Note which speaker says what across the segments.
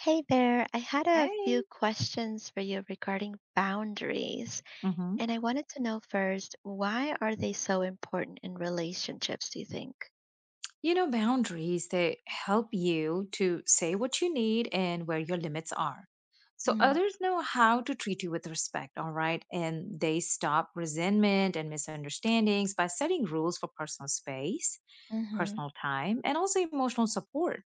Speaker 1: Hey there, I had a few
Speaker 2: Hey.
Speaker 1: questions for you regarding boundaries,
Speaker 2: hmm
Speaker 1: and I wanted to know first, why are they so important in relationships, do you think?
Speaker 2: You know, boundaries, they help you to say what you need and where your limits are. So others know how to treat you with respect, all right? And they stop resentment and misunderstandings by setting rules for personal space,
Speaker 1: Mm-hmm.
Speaker 2: personal time, and also emotional support.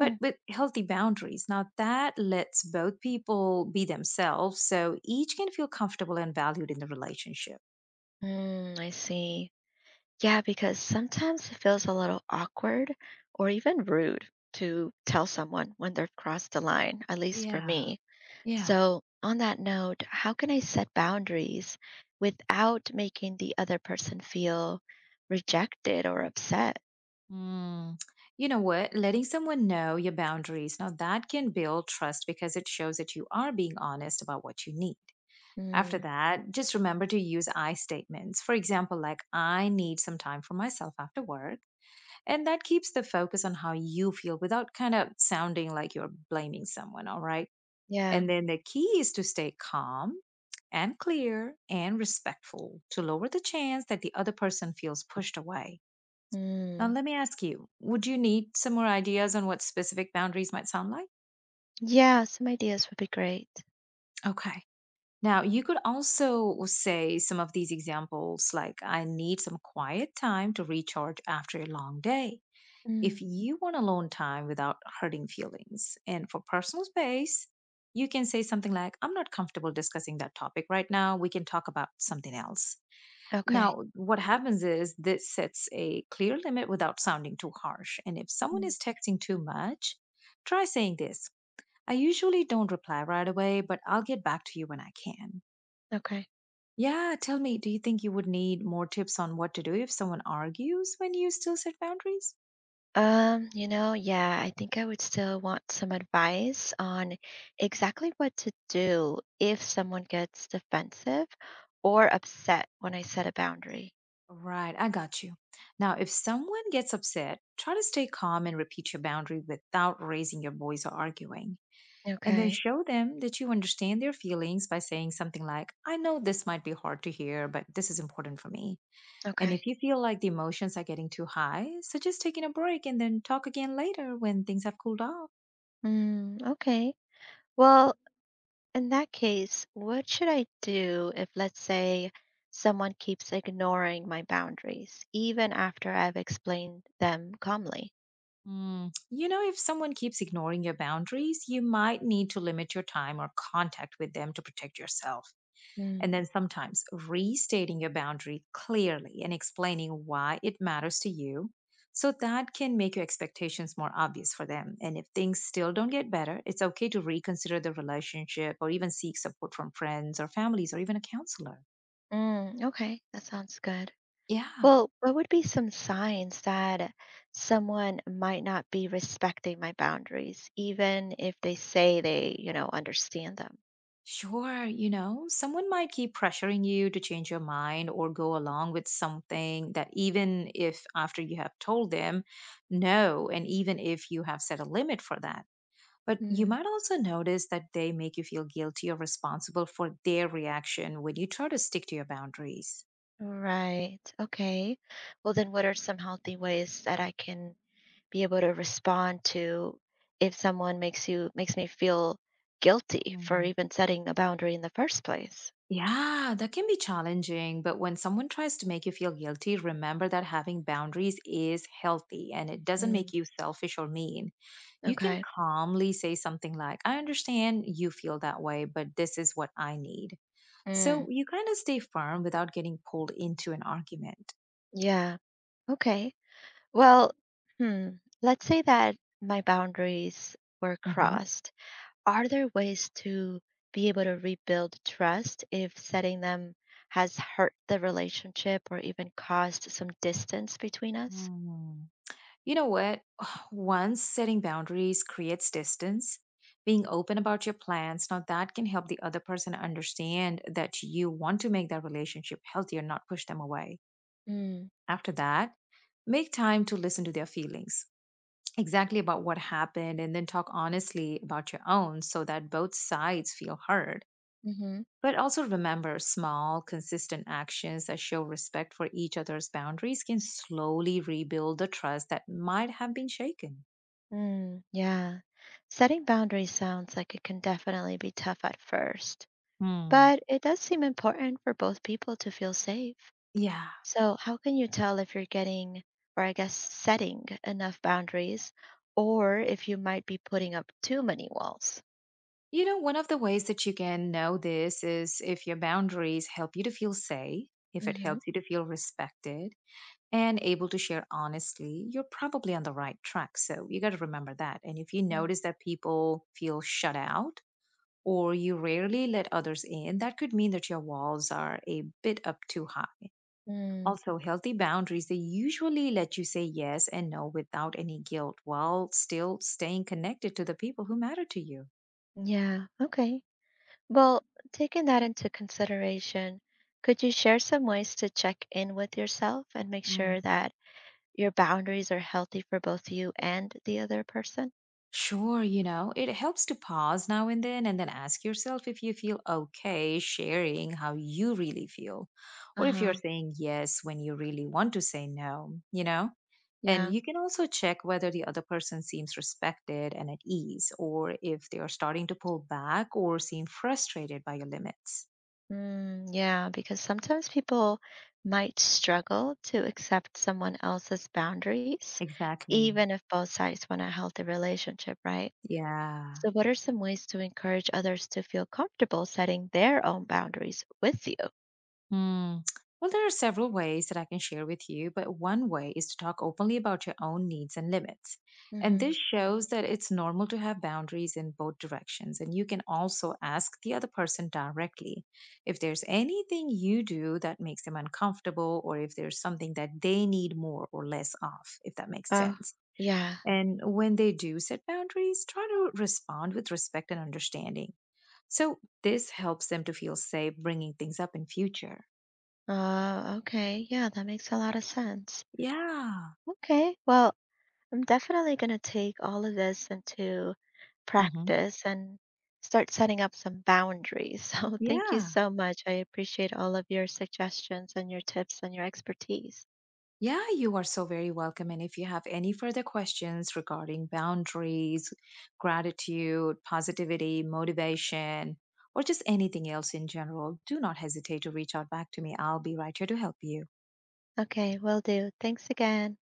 Speaker 2: But with healthy boundaries, now that lets both people be themselves so each can feel comfortable and valued in the relationship.
Speaker 1: Mm, I see. Yeah, because sometimes it feels a little awkward or even rude to tell someone when they've crossed the line, at least for
Speaker 2: Yeah.
Speaker 1: me.
Speaker 2: Yeah.
Speaker 1: So, on that note, how can I set boundaries without making the other person feel rejected or upset?
Speaker 2: Mm, you know what? Letting someone know your boundaries, now that can build trust because it shows that you are being honest about what you need. After
Speaker 1: Mm,
Speaker 2: that, just remember to use I statements. For example, like, I need some time for myself after work. And that keeps the focus on how you feel without kind of sounding like you're blaming someone. All right.
Speaker 1: yeah.
Speaker 2: And then the key is to stay calm and clear and respectful to lower the chance that the other person feels pushed away. Now,
Speaker 1: Mm.
Speaker 2: let me ask you, would you need some more ideas on what specific boundaries might sound like?
Speaker 1: Yeah, some ideas would be great.
Speaker 2: Okay. Now, you could also say some of these examples like, I need some quiet time to recharge after a long day.
Speaker 1: Mm,
Speaker 2: If you want alone time without hurting feelings. And for personal space, you can say something like, I'm not comfortable discussing that topic right now. We can talk about something else.
Speaker 1: okay.
Speaker 2: Now, what happens is this sets a clear limit without sounding too harsh. And if someone
Speaker 1: Mm,
Speaker 2: is texting too much, try saying this. I usually don't reply right away, but I'll get back to you when I can.
Speaker 1: okay.
Speaker 2: Yeah, tell me, do you think you would need more tips on what to do if someone argues when you still set boundaries?
Speaker 1: Yeah, I think I would still want some advice on exactly what to do if someone gets defensive or upset when I set a boundary.
Speaker 2: Right, I got you. Now, if someone gets upset, try to stay calm and repeat your boundary without raising your voice or arguing. And then
Speaker 1: Okay.
Speaker 2: show them that you understand their feelings by saying something like, I know this might be hard to hear, but this is important for me. And
Speaker 1: Okay.
Speaker 2: if you feel like the emotions are getting too high, suggest taking a break and then talk again later when things have cooled off.
Speaker 1: Mm, okay. Well, in that case, what should I do if, let's say, someone keeps ignoring my boundaries, even after I've explained them calmly?
Speaker 2: You know, if someone keeps ignoring your boundaries, you might need to limit your time or contact with them to protect yourself.
Speaker 1: Mm.
Speaker 2: And then sometimes restating your boundary clearly and explaining why it matters to you. So that can make your expectations more obvious for them. And if things still don't get better, it's okay to reconsider the relationship or even seek support from friends or families or even a counselor.
Speaker 1: Mm, okay, that sounds good.
Speaker 2: Yeah,
Speaker 1: Well, what would be some signs that someone might not be respecting my boundaries, even if they say they understand them?
Speaker 2: sure. You know, someone might keep pressuring you to change your mind or go along with something that even if after you have told them no, and even if you have set a limit for that. But you
Speaker 1: Mm.
Speaker 2: might also notice that they make you feel guilty or responsible for their reaction when you try to stick to your boundaries.
Speaker 1: Right. Okay. Well, then what are some healthy ways that I can be able to respond to if someone makes me feel guilty for
Speaker 2: Mm.
Speaker 1: even setting a boundary in the first place.
Speaker 2: Yeah, that can be challenging, but when someone tries to make you feel guilty, remember that having boundaries is healthy and it doesn't
Speaker 1: Mm,
Speaker 2: make you selfish or mean. You can
Speaker 1: okay.
Speaker 2: calmly say something like, I understand you feel that way, but this is what I need.
Speaker 1: Mm,
Speaker 2: So you kind of stay firm without getting pulled into an argument.
Speaker 1: yeah. Okay. Well, hmm, let's say that my boundaries were
Speaker 2: Mhm.
Speaker 1: crossed. Are there ways to be able to rebuild trust if setting them has hurt the relationship or even caused some distance between us?
Speaker 2: Mm. You know what? Once setting boundaries creates distance, being open about your plans, now that can help the other person understand that you want to make that relationship healthier, not push them away.
Speaker 1: Mm,
Speaker 2: After that, make time to listen to their feelings exactly about what happened and then talk honestly about your own so that both sides feel heard.
Speaker 1: mhm.
Speaker 2: But also remember small, consistent actions that show respect for each other's boundaries can slowly rebuild the trust that might have been shaken.
Speaker 1: Mm, yeah. Setting boundaries sounds like it can definitely be tough at first,
Speaker 2: Hmm.
Speaker 1: but it does seem important for both people to feel safe.
Speaker 2: Yeah.
Speaker 1: So, how can you tell if you're getting, or I guess setting enough boundaries, or if you might be putting up too many walls?
Speaker 2: You know, one of the ways that you can know this is if your boundaries help you to feel safe, if it
Speaker 1: Mm-hmm.
Speaker 2: helps you to feel respected and able to share honestly, you're probably on the right track. So you got to remember that. And if you
Speaker 1: Yeah.
Speaker 2: notice that people feel shut out or you rarely let others in, that could mean that your walls are a bit up too high.
Speaker 1: Mm,
Speaker 2: Also, healthy boundaries, they usually let you say yes and no without any guilt while still staying connected to the people who matter to you.
Speaker 1: yeah. Okay. Well, taking that into consideration, could you share some ways to check in with yourself and make sure
Speaker 2: Mm.
Speaker 1: that your boundaries are healthy for both you and the other person?
Speaker 2: Sure, you know, it helps to pause now and then ask yourself if you feel okay sharing how you really feel, or if you're
Speaker 1: Uh-huh.
Speaker 2: saying yes when you really want to say no, you know? And
Speaker 1: Yeah.
Speaker 2: you can also check whether the other person seems respected and at ease, or if they are starting to pull back or seem frustrated by your limits.
Speaker 1: Mm, yeah, because sometimes people might struggle to accept someone else's boundaries,
Speaker 2: Exactly.
Speaker 1: even if both sides want a healthy relationship, right?
Speaker 2: Yeah.
Speaker 1: So, what are some ways to encourage others to feel comfortable setting their own boundaries with you?
Speaker 2: Hmm. Well, there are several ways that I can share with you, but one way is to talk openly about your own needs and limits. And
Speaker 1: Mm-hmm.
Speaker 2: this shows that it's normal to have boundaries in both directions. And you can also ask the other person directly if there's anything you do that makes them uncomfortable or if there's something that they need more or less of, if that makes
Speaker 1: Oh,
Speaker 2: sense.
Speaker 1: yeah.
Speaker 2: And when they do set boundaries, try to respond with respect and understanding. So this helps them to feel safe bringing things up in future.
Speaker 1: Okay. Yeah, that makes a lot of sense.
Speaker 2: Yeah.
Speaker 1: Okay. Well, I'm definitely going to take all of this into
Speaker 2: hmm
Speaker 1: practice and start setting up some boundaries. So, thank you
Speaker 2: Yeah.
Speaker 1: so much. I appreciate all of your suggestions and your tips and your expertise.
Speaker 2: Yeah, you are so very welcome. And if you have any further questions regarding boundaries, gratitude, positivity, motivation, or just anything else in general, do not hesitate to reach out back to me. I'll be right here to help you.
Speaker 1: Okay, will do. Thanks again.